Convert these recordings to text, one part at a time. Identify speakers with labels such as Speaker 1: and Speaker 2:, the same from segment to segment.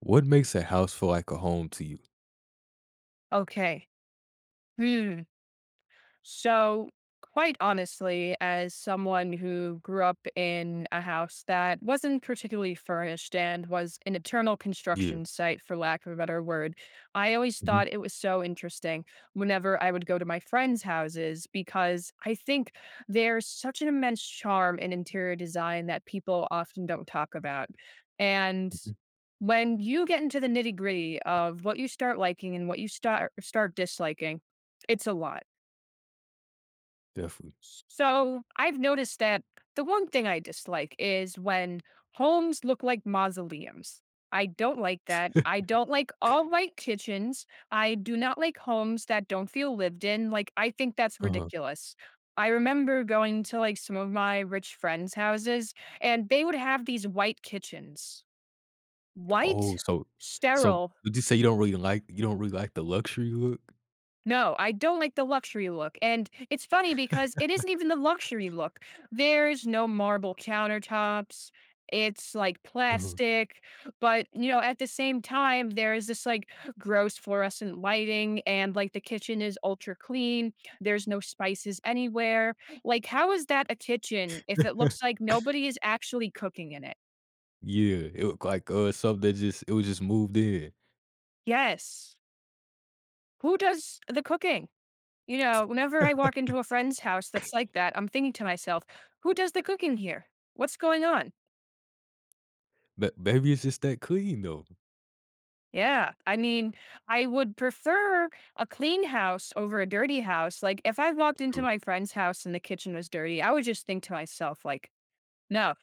Speaker 1: What makes a house feel like a home to you?
Speaker 2: Okay. Hmm. So, quite honestly, as someone who grew up in a house that wasn't particularly furnished and was an eternal
Speaker 1: Yeah.
Speaker 2: construction site, for lack of a better word, I always
Speaker 1: Mhm,
Speaker 2: thought it was so interesting whenever I would go to my friends' houses because I think there's such an immense charm in interior design that people often don't talk about. And
Speaker 1: mhm.
Speaker 2: when you get into the nitty gritty of what you start liking and what you start disliking, it's a lot.
Speaker 1: Definitely.
Speaker 2: So I've noticed that the one thing I dislike is when homes look like mausoleums. I don't like that. I don't like all white kitchens. I do not like homes that don't feel lived in. Like, I think that's
Speaker 1: Uh-huh.
Speaker 2: ridiculous. I remember going to like some of my rich friends' houses and they would have these white kitchens,
Speaker 1: Oh,
Speaker 2: white,
Speaker 1: so so
Speaker 2: sterile.
Speaker 1: would you say you don't really like you don't really like the luxury look?
Speaker 2: No, I don't like the luxury look. And it's funny because it isn't even the luxury look. There's no marble countertops. It's like
Speaker 1: Uh-huh.
Speaker 2: plastic, but you know, at the same time, there is this like gross fluorescent lighting, and like the kitchen is ultra clean. There's no spices anywhere. Like, how is that a kitchen if it looks like nobody is actually cooking in it?
Speaker 1: Yeah, it looked like, something that just it was just moved in.
Speaker 2: Yes. Who does the cooking? You know, whenever I walk into a friend's house that's like that, I'm thinking to myself, who does the cooking here? What's going on?
Speaker 1: But maybe it's just that clean though.
Speaker 2: Yeah. I mean, I would prefer a clean house over a dirty house. Like, if I walked into
Speaker 1: True.
Speaker 2: my friend's house and the kitchen was dirty, I would just think to myself, like, no,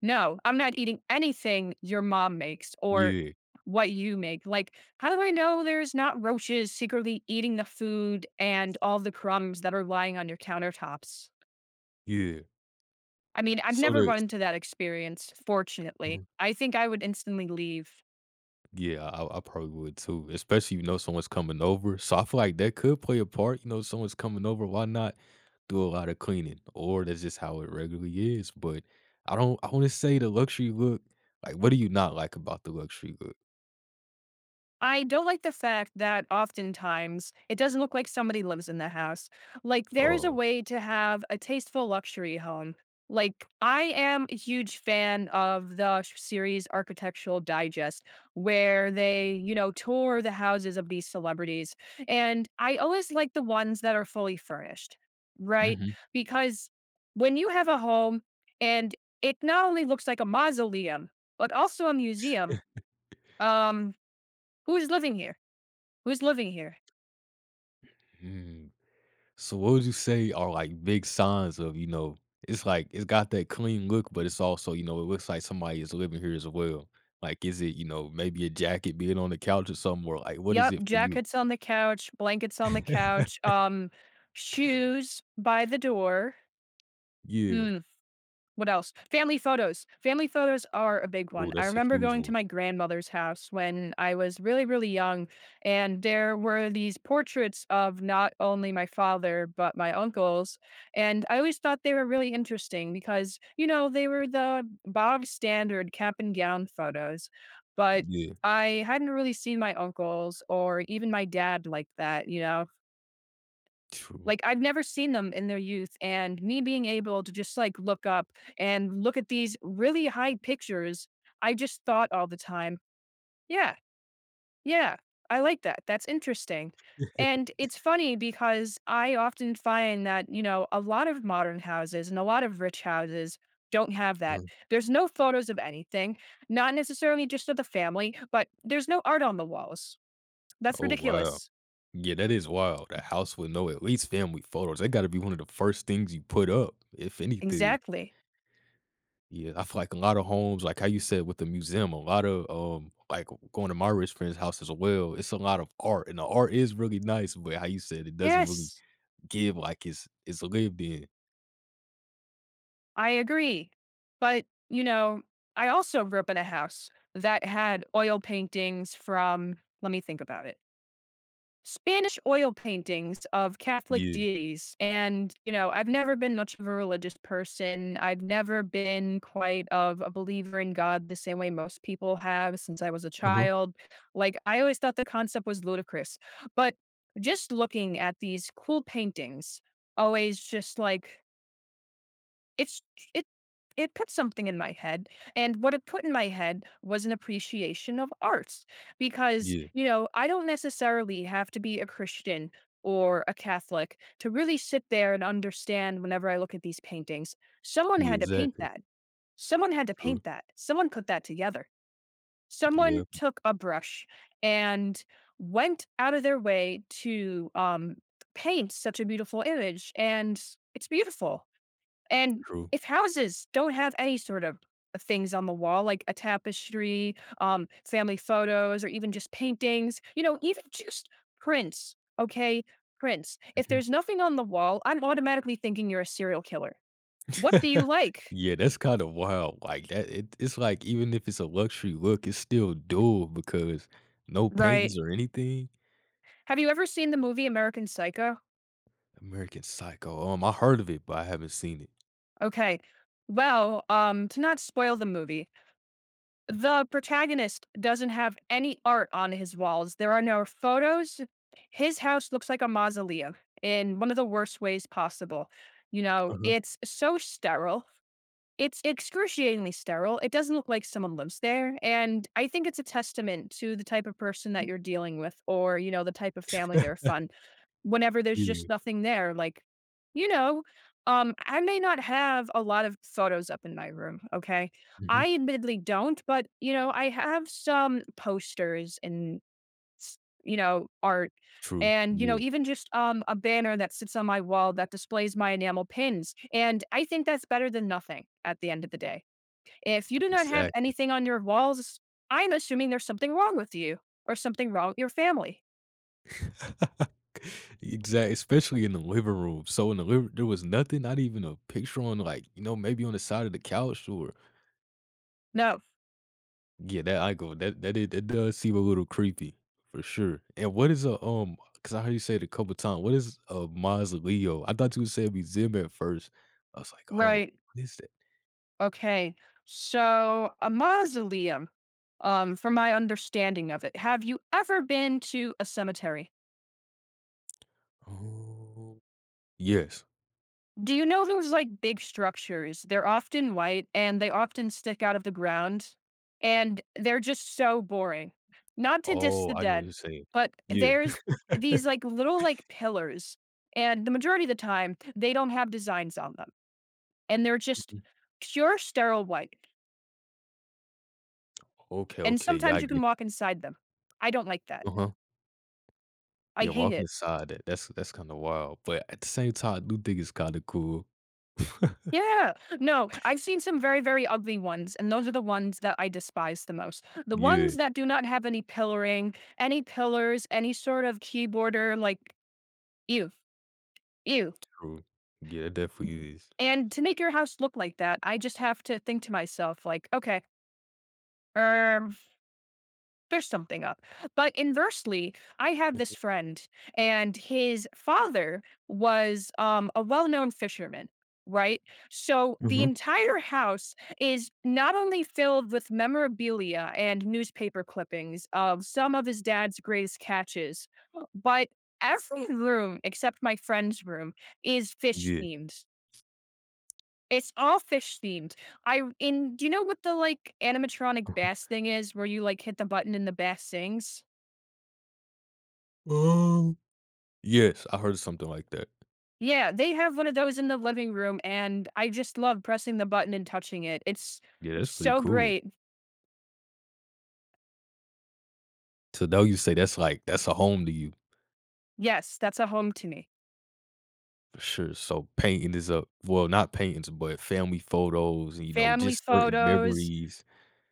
Speaker 2: no, I'm not eating anything your mom makes or
Speaker 1: Yeah,
Speaker 2: what you make. Like, how do I know there's not roaches secretly eating the food and all the crumbs that are lying on your countertops?
Speaker 1: yeah.
Speaker 2: I mean, I've
Speaker 1: So
Speaker 2: never run
Speaker 1: there's
Speaker 2: into that experience, fortunately. I think I would instantly leave.
Speaker 1: Yeah, I probably would too, especially if you know someone's coming over. So I feel like that could play a part. You know, someone's coming over, why not do a lot of cleaning? Or that's just how it regularly is. But I don't I want to say the luxury look, like what do you not like about the luxury look?
Speaker 2: I don't like the fact that oftentimes it doesn't look like somebody lives in the house. Like, there is a
Speaker 1: Oh.
Speaker 2: way to have a tasteful luxury home. Like, I am a huge fan of the series Architectural Digest, where they, you know, tour the houses of these celebrities. And I always like the ones that are fully furnished, right?
Speaker 1: Mhm.
Speaker 2: Because when you have a home and it not only looks like a mausoleum, but also a museum, um, who is living here? Who's living here?
Speaker 1: Mm. So what would you say are like big signs of, you know, it's like it's got that clean look, but it's also, you know, it looks like somebody is living here as well. Like, is it, you know, maybe a jacket being on the couch or somewhere? Like, what is
Speaker 2: Yep,
Speaker 1: it for you?
Speaker 2: jackets on the couch, blankets on the couch, shoes by the door.
Speaker 1: Yeah.
Speaker 2: Hmm. What else? Family photos. Family photos are a big
Speaker 1: Oh,
Speaker 2: one. I
Speaker 1: that's a
Speaker 2: remember
Speaker 1: huge
Speaker 2: going to
Speaker 1: one.
Speaker 2: my grandmother's house when I was really, really young, and there were these portraits of not only my father, but my uncles. And I always thought they were really interesting because, you know, they were the bog standard cap and gown photos. But
Speaker 1: Yeah.
Speaker 2: I hadn't really seen my uncles or even my dad like that, you know?
Speaker 1: True.
Speaker 2: Like, I've never seen them in their youth, and me being able to just, like, look up and look at these really high pictures, I just thought all the time, "Yeah, yeah, I like that, that's interesting." And it's funny because I often find that, you know, a lot of modern houses and a lot of rich houses don't have that.
Speaker 1: Mhm.
Speaker 2: There's no photos of anything, not necessarily just of the family, but there's no art on the walls. That's
Speaker 1: Oh, wow.
Speaker 2: ridiculous.
Speaker 1: Yeah, that is wild. A house with no at least family photos. That gotta be one of the first things you put up, if anything.
Speaker 2: Exactly.
Speaker 1: Yeah, I feel like a lot of homes, like how you said with the museum, a lot of like going to my rich friend's house as well. It's a lot of art, and the art is really nice, but how you said it doesn't really
Speaker 2: Yes.
Speaker 1: give like it's lived in.
Speaker 2: I agree. But, you know, I also grew up in a house that had oil paintings from, let me think about it, Spanish oil paintings of Catholic
Speaker 1: Yeah.
Speaker 2: deities. And, you know, I've never been much of a religious person. I've never been quite of a believer in God the same way most people have since I was a
Speaker 1: Uh huh.
Speaker 2: child. Like, I always thought the concept was ludicrous. But just looking at these cool paintings always just it's it it put something in my head, and what it put in my head was an appreciation of arts, because,
Speaker 1: Yeah.
Speaker 2: you know, I don't necessarily have to be a Christian or a Catholic to really sit there and understand whenever I look at these paintings. Someone
Speaker 1: Yeah.
Speaker 2: had to paint
Speaker 1: Exactly.
Speaker 2: that. Someone had to
Speaker 1: True.
Speaker 2: paint that. Someone put that together.
Speaker 1: Yeah.
Speaker 2: Someone took a brush and went out of their way to, paint such a beautiful image, and it's beautiful. And
Speaker 1: True.
Speaker 2: if houses don't have any sort of things on the wall, like a tapestry, family photos, or even just paintings, you know, even just prints, okay? Prints. If
Speaker 1: Mhm.
Speaker 2: there's nothing on the wall, I'm automatically thinking you're a serial killer. What do you like?
Speaker 1: Yeah, that's kinda wild, like, that it's like, even if it's a luxury look, it's still dual because no paintings
Speaker 2: Right.
Speaker 1: or anything?
Speaker 2: Have you ever seen the movie American Psycho?
Speaker 1: American Psycho, I heard of it, but I haven't seen it.
Speaker 2: Okay. Well, to not spoil the movie, the protagonist doesn't have any art on his walls. There are no photos. His house looks like a mausoleum in one of the worst ways possible. You know,
Speaker 1: Uh-huh.
Speaker 2: it's so sterile. It's excruciatingly sterile. It doesn't look like someone lives there. And I think it's a testament to the type of person that you're dealing with or, you know, the type of family they're fun whenever there's
Speaker 1: Yeah,
Speaker 2: just nothing there, like, you know, I may not have a lot of photos up in my room, okay?
Speaker 1: mhm,
Speaker 2: I admittedly don't, but, you know, I have some posters and, s- you know, art
Speaker 1: true,
Speaker 2: and, you know,
Speaker 1: yeah,
Speaker 2: even just a banner that sits on my wall that displays my enamel pins. And I think that's better than nothing at the end of the day. If you do not have
Speaker 1: exactly.
Speaker 2: anything on your walls, I'm assuming there's something wrong with you or something wrong with your family.
Speaker 1: Exactly. Especially in the living room, so in the living, there was nothing, not even a picture on, like, you know, maybe on the side of the couch or
Speaker 2: No,
Speaker 1: yeah, that I go that that it does seem a little creepy for sure. And what is a? Because I heard you say it a couple times. What is a mausoleo? I thought you would say museum at first. I was like, oh,
Speaker 2: right.
Speaker 1: what is that?
Speaker 2: Okay. So a mausoleum, from my understanding of it, have you ever been to a cemetery?
Speaker 1: Oh, yes.
Speaker 2: Do you know those like big structures? They're often white and they often stick out of the ground and they're just so boring. Not to diss
Speaker 1: Oh,
Speaker 2: the
Speaker 1: I know what
Speaker 2: dead,
Speaker 1: you're saying.
Speaker 2: but
Speaker 1: Yeah.
Speaker 2: there's these like little like pillars and the majority of the time they don't have designs on them and they're just
Speaker 1: Mhm.
Speaker 2: pure sterile white.
Speaker 1: Okay.
Speaker 2: And
Speaker 1: Okay. Yeah, I
Speaker 2: sometimes you
Speaker 1: get.
Speaker 2: can
Speaker 1: It.
Speaker 2: walk inside them. I don't like that.
Speaker 1: Uh huh.
Speaker 2: I
Speaker 1: Yeah,
Speaker 2: hate
Speaker 1: walking
Speaker 2: it.
Speaker 1: inside that that's kind of wild. But at the same time, I do think it's kind of cool.
Speaker 2: Yeah. No, I've seen some very, very ugly ones, and those are the ones that I despise the most. The
Speaker 1: Yeah.
Speaker 2: ones that do not have any pillaring, any pillars, any sort of keyboarder, like, ew, ew.
Speaker 1: True. Yeah, it definitely is.
Speaker 2: And to make your house look like that, I just have to think to myself, like, okay, um, fish something up. But inversely, I have this
Speaker 1: Mhm.
Speaker 2: friend, and his father was a well known fisherman, right? So the
Speaker 1: Mhm.
Speaker 2: entire house is not only filled with memorabilia and newspaper clippings of some of his dad's greatest catches, but every room except my friend's room is fish
Speaker 1: Yeah.
Speaker 2: themed. It's all fish themed. I in do you know what the like animatronic bass thing is where you like hit the button and the bass sings?
Speaker 1: Uh-huh. Yes, I heard something like that.
Speaker 2: Yeah, they have one of those in the living room, and I just love pressing the button and touching it.
Speaker 1: Yeah,
Speaker 2: It's
Speaker 1: that's pretty
Speaker 2: so
Speaker 1: cool.
Speaker 2: great.
Speaker 1: So now you say that's like that's a home to you
Speaker 2: Yes, that's a home to me.
Speaker 1: for sure. So painting is a well, not paintings, but family photos, you know,
Speaker 2: Family
Speaker 1: just certain
Speaker 2: photos,
Speaker 1: memories.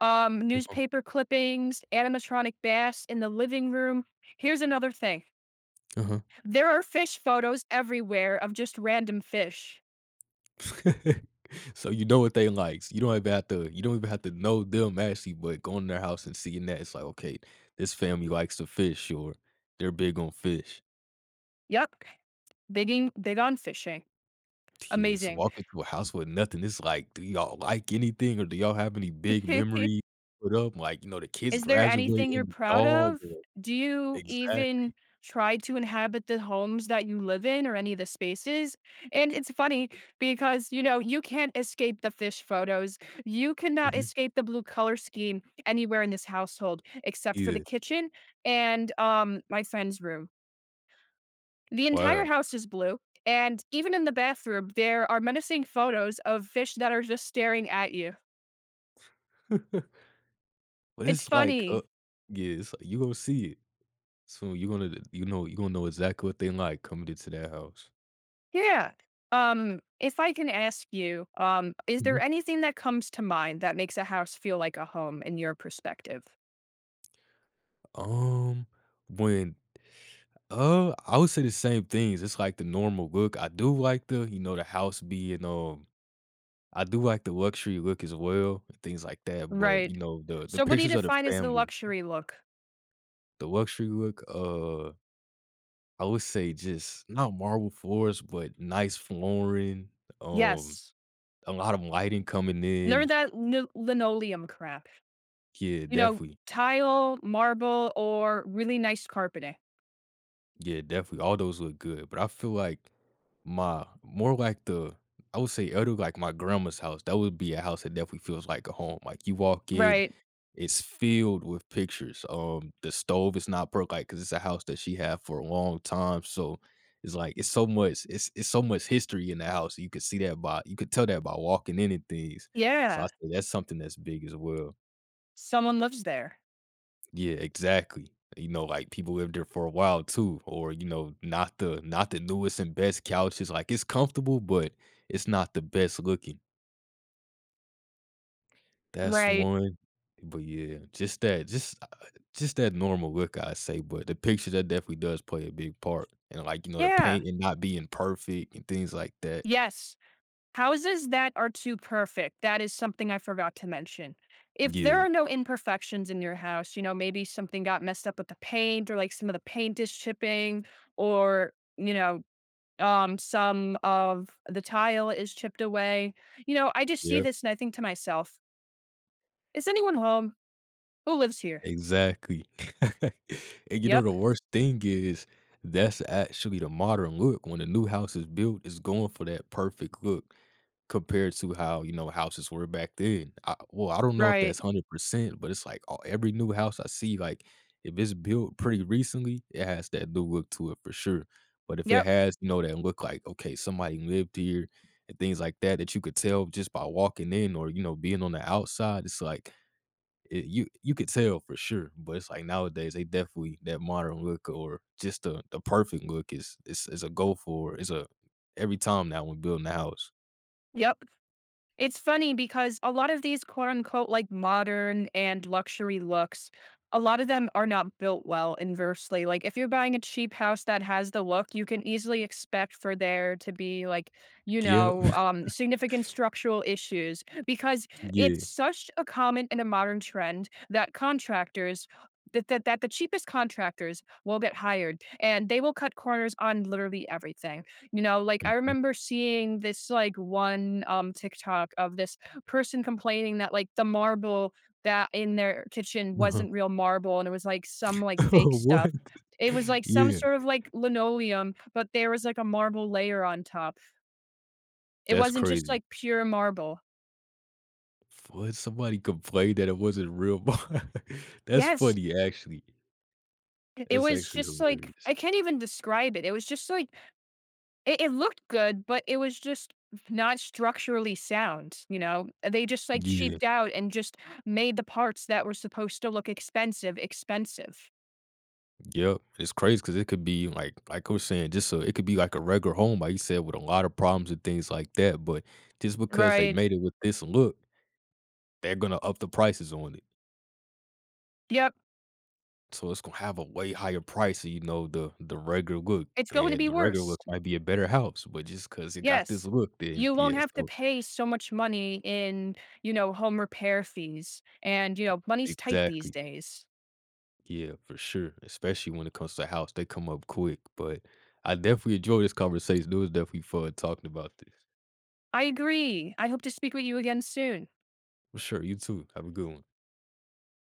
Speaker 1: Uh-huh.
Speaker 2: newspaper clippings, animatronic bass in the living room. Here's another thing.
Speaker 1: Uh-huh.
Speaker 2: There are fish photos everywhere of just random fish.
Speaker 1: So you know what they likes. You don't even have to you don't even have to know them actually, but going to their house and seeing that it's like, okay, this family likes to fish or they're big on fish.
Speaker 2: Yep. Bigging big on fishing.
Speaker 1: Yes,
Speaker 2: Amazing.
Speaker 1: walk into a house with nothing, it's like, do y'all like anything or do y'all have any big memories? Put up? Like, you know, the kids
Speaker 2: Is there anything you're
Speaker 1: graduating, the
Speaker 2: proud
Speaker 1: dog
Speaker 2: of?
Speaker 1: or
Speaker 2: Do you
Speaker 1: exactly.
Speaker 2: even try to inhabit the homes that you live in or any of the spaces? And it's funny because, you know, you can't escape the fish photos. You cannot
Speaker 1: Mhm.
Speaker 2: escape the blue color scheme anywhere in this household except for the
Speaker 1: Yeah,
Speaker 2: kitchen and my friend's room. The entire
Speaker 1: wow.
Speaker 2: house is blue. And even in the bathroom, there are menacing photos of fish that are just staring at you.
Speaker 1: But
Speaker 2: It's
Speaker 1: it's like,
Speaker 2: funny.
Speaker 1: yeah, it's like, you gonna see it. So you're gonna you're gonna know exactly what they like coming into that house.
Speaker 2: Yeah. If I can ask you, is there
Speaker 1: Mhm.
Speaker 2: anything that comes to mind that makes a house feel like a home in your perspective?
Speaker 1: Um, when I would say the same things. It's like the normal look. I do like the, you know, the house being I do like the luxury look as well and things like that, but, you
Speaker 2: Right.
Speaker 1: know, the
Speaker 2: So what do you
Speaker 1: pictures of the
Speaker 2: define as the
Speaker 1: family,
Speaker 2: luxury look?
Speaker 1: the luxury look, I would say just not marble floors, but nice flooring, um,
Speaker 2: Yes.
Speaker 1: a lot of lighting coming
Speaker 2: Nor
Speaker 1: in.
Speaker 2: that linoleum crap.
Speaker 1: Yeah,
Speaker 2: You know,
Speaker 1: definitely.
Speaker 2: tile, marble, or really nice carpeting.
Speaker 1: Yeah, definitely. All those look good, but I feel like my more like the I would say other like my grandma's house. That would be a house that definitely feels like a home. Like you walk in,
Speaker 2: Right.
Speaker 1: it's filled with pictures. The stove is not broke, like because it's a house that she had for a long time. So it's like it's so much. It's so much history in the house. You could see that by you could tell that by walking in and things. So I
Speaker 2: Yeah.
Speaker 1: say that's something that's big as well.
Speaker 2: Someone lives there.
Speaker 1: Yeah, exactly. You know, like people lived there for a while too, or you know, not the newest and best couches. Like it's comfortable, but it's not the best looking. That's
Speaker 2: Right.
Speaker 1: one. But yeah, just that normal look, I say. But the picture that definitely does play a big part, and like you know, the
Speaker 2: Yeah.
Speaker 1: paint and not being perfect and things like that.
Speaker 2: Yes. Houses that are too perfect, that is something I forgot to mention. If there
Speaker 1: Yeah,
Speaker 2: are no imperfections in your house, you know, maybe something got messed up with the paint or like some of the paint is chipping or, you know, some of the tile is chipped away. You know, I just see
Speaker 1: yeah.
Speaker 2: this and I think to myself, is anyone home? Who lives here?
Speaker 1: Exactly. And you know the
Speaker 2: Yep.
Speaker 1: worst thing is that's actually the modern look. When a new house is built, it's going for that perfect look compared to how, you know, houses were back then. Well, I don't know if
Speaker 2: Right.
Speaker 1: that's 100%, but it's like all, every new house I see, like if it's built pretty recently, it has that new look to it for sure. But if it
Speaker 2: Yep.
Speaker 1: has, you know, that look like, okay, somebody lived here and things like that, that you could tell just by walking in or, you know, being on the outside, it's like, you could tell for sure, but it's like nowadays they definitely that modern look or just the perfect look is a go for. It's a every time now when building a house.
Speaker 2: Yep. It's funny because a lot of these quote unquote like modern and luxury looks, a lot of them are not built well inversely. Like if you're buying a cheap house that has the look, you can easily expect for there to be like, you
Speaker 1: Yep.
Speaker 2: know, significant structural issues because
Speaker 1: Yeah.
Speaker 2: it's such a common and a modern trend that contractors that the cheapest contractors will get hired and they will cut corners on literally everything. You know, like I
Speaker 1: Mhm.
Speaker 2: remember seeing this like one TikTok of this person complaining that like the marble that in their kitchen
Speaker 1: Uh-huh.
Speaker 2: wasn't real marble and it was like some like fake
Speaker 1: What?
Speaker 2: stuff. It was like some
Speaker 1: Yeah.
Speaker 2: sort of like linoleum, but there was like a marble layer on top. It
Speaker 1: That's
Speaker 2: wasn't just
Speaker 1: crazy.
Speaker 2: like pure marble.
Speaker 1: What? Somebody complained that it wasn't real. That's
Speaker 2: Yes.
Speaker 1: funny, actually.
Speaker 2: It
Speaker 1: That's
Speaker 2: was
Speaker 1: actually
Speaker 2: just like
Speaker 1: hilarious.
Speaker 2: I can't even describe it. It was just like it looked good, but it was just not structurally sound, you know? They just, like,
Speaker 1: Yeah.
Speaker 2: cheaped out and just made the parts that were supposed to look expensive, expensive.
Speaker 1: Yep, it's crazy because it could be like I was saying, just so it could be like a regular home, like you said, with a lot of problems and things like that. But just because they
Speaker 2: Right.
Speaker 1: made it with this look, they're gonna up the prices on it,
Speaker 2: Yep.
Speaker 1: so it's gonna have a way higher price. Than, you know, the regular look,
Speaker 2: It's going to
Speaker 1: and
Speaker 2: be
Speaker 1: the regular
Speaker 2: worse.
Speaker 1: look might be a better house, but just because it got this
Speaker 2: Yes.
Speaker 1: look, then
Speaker 2: You won't
Speaker 1: yeah,
Speaker 2: have to
Speaker 1: so
Speaker 2: pay so much money in, you know, home repair fees, and, you know, money's tight these
Speaker 1: exactly,
Speaker 2: days.
Speaker 1: yeah, for sure. Especially when it comes to house, they come up quick. But I definitely enjoy this conversation. It was definitely fun talking about this.
Speaker 2: I agree. I hope to speak with you again soon.
Speaker 1: For sure, you too. Have a good one.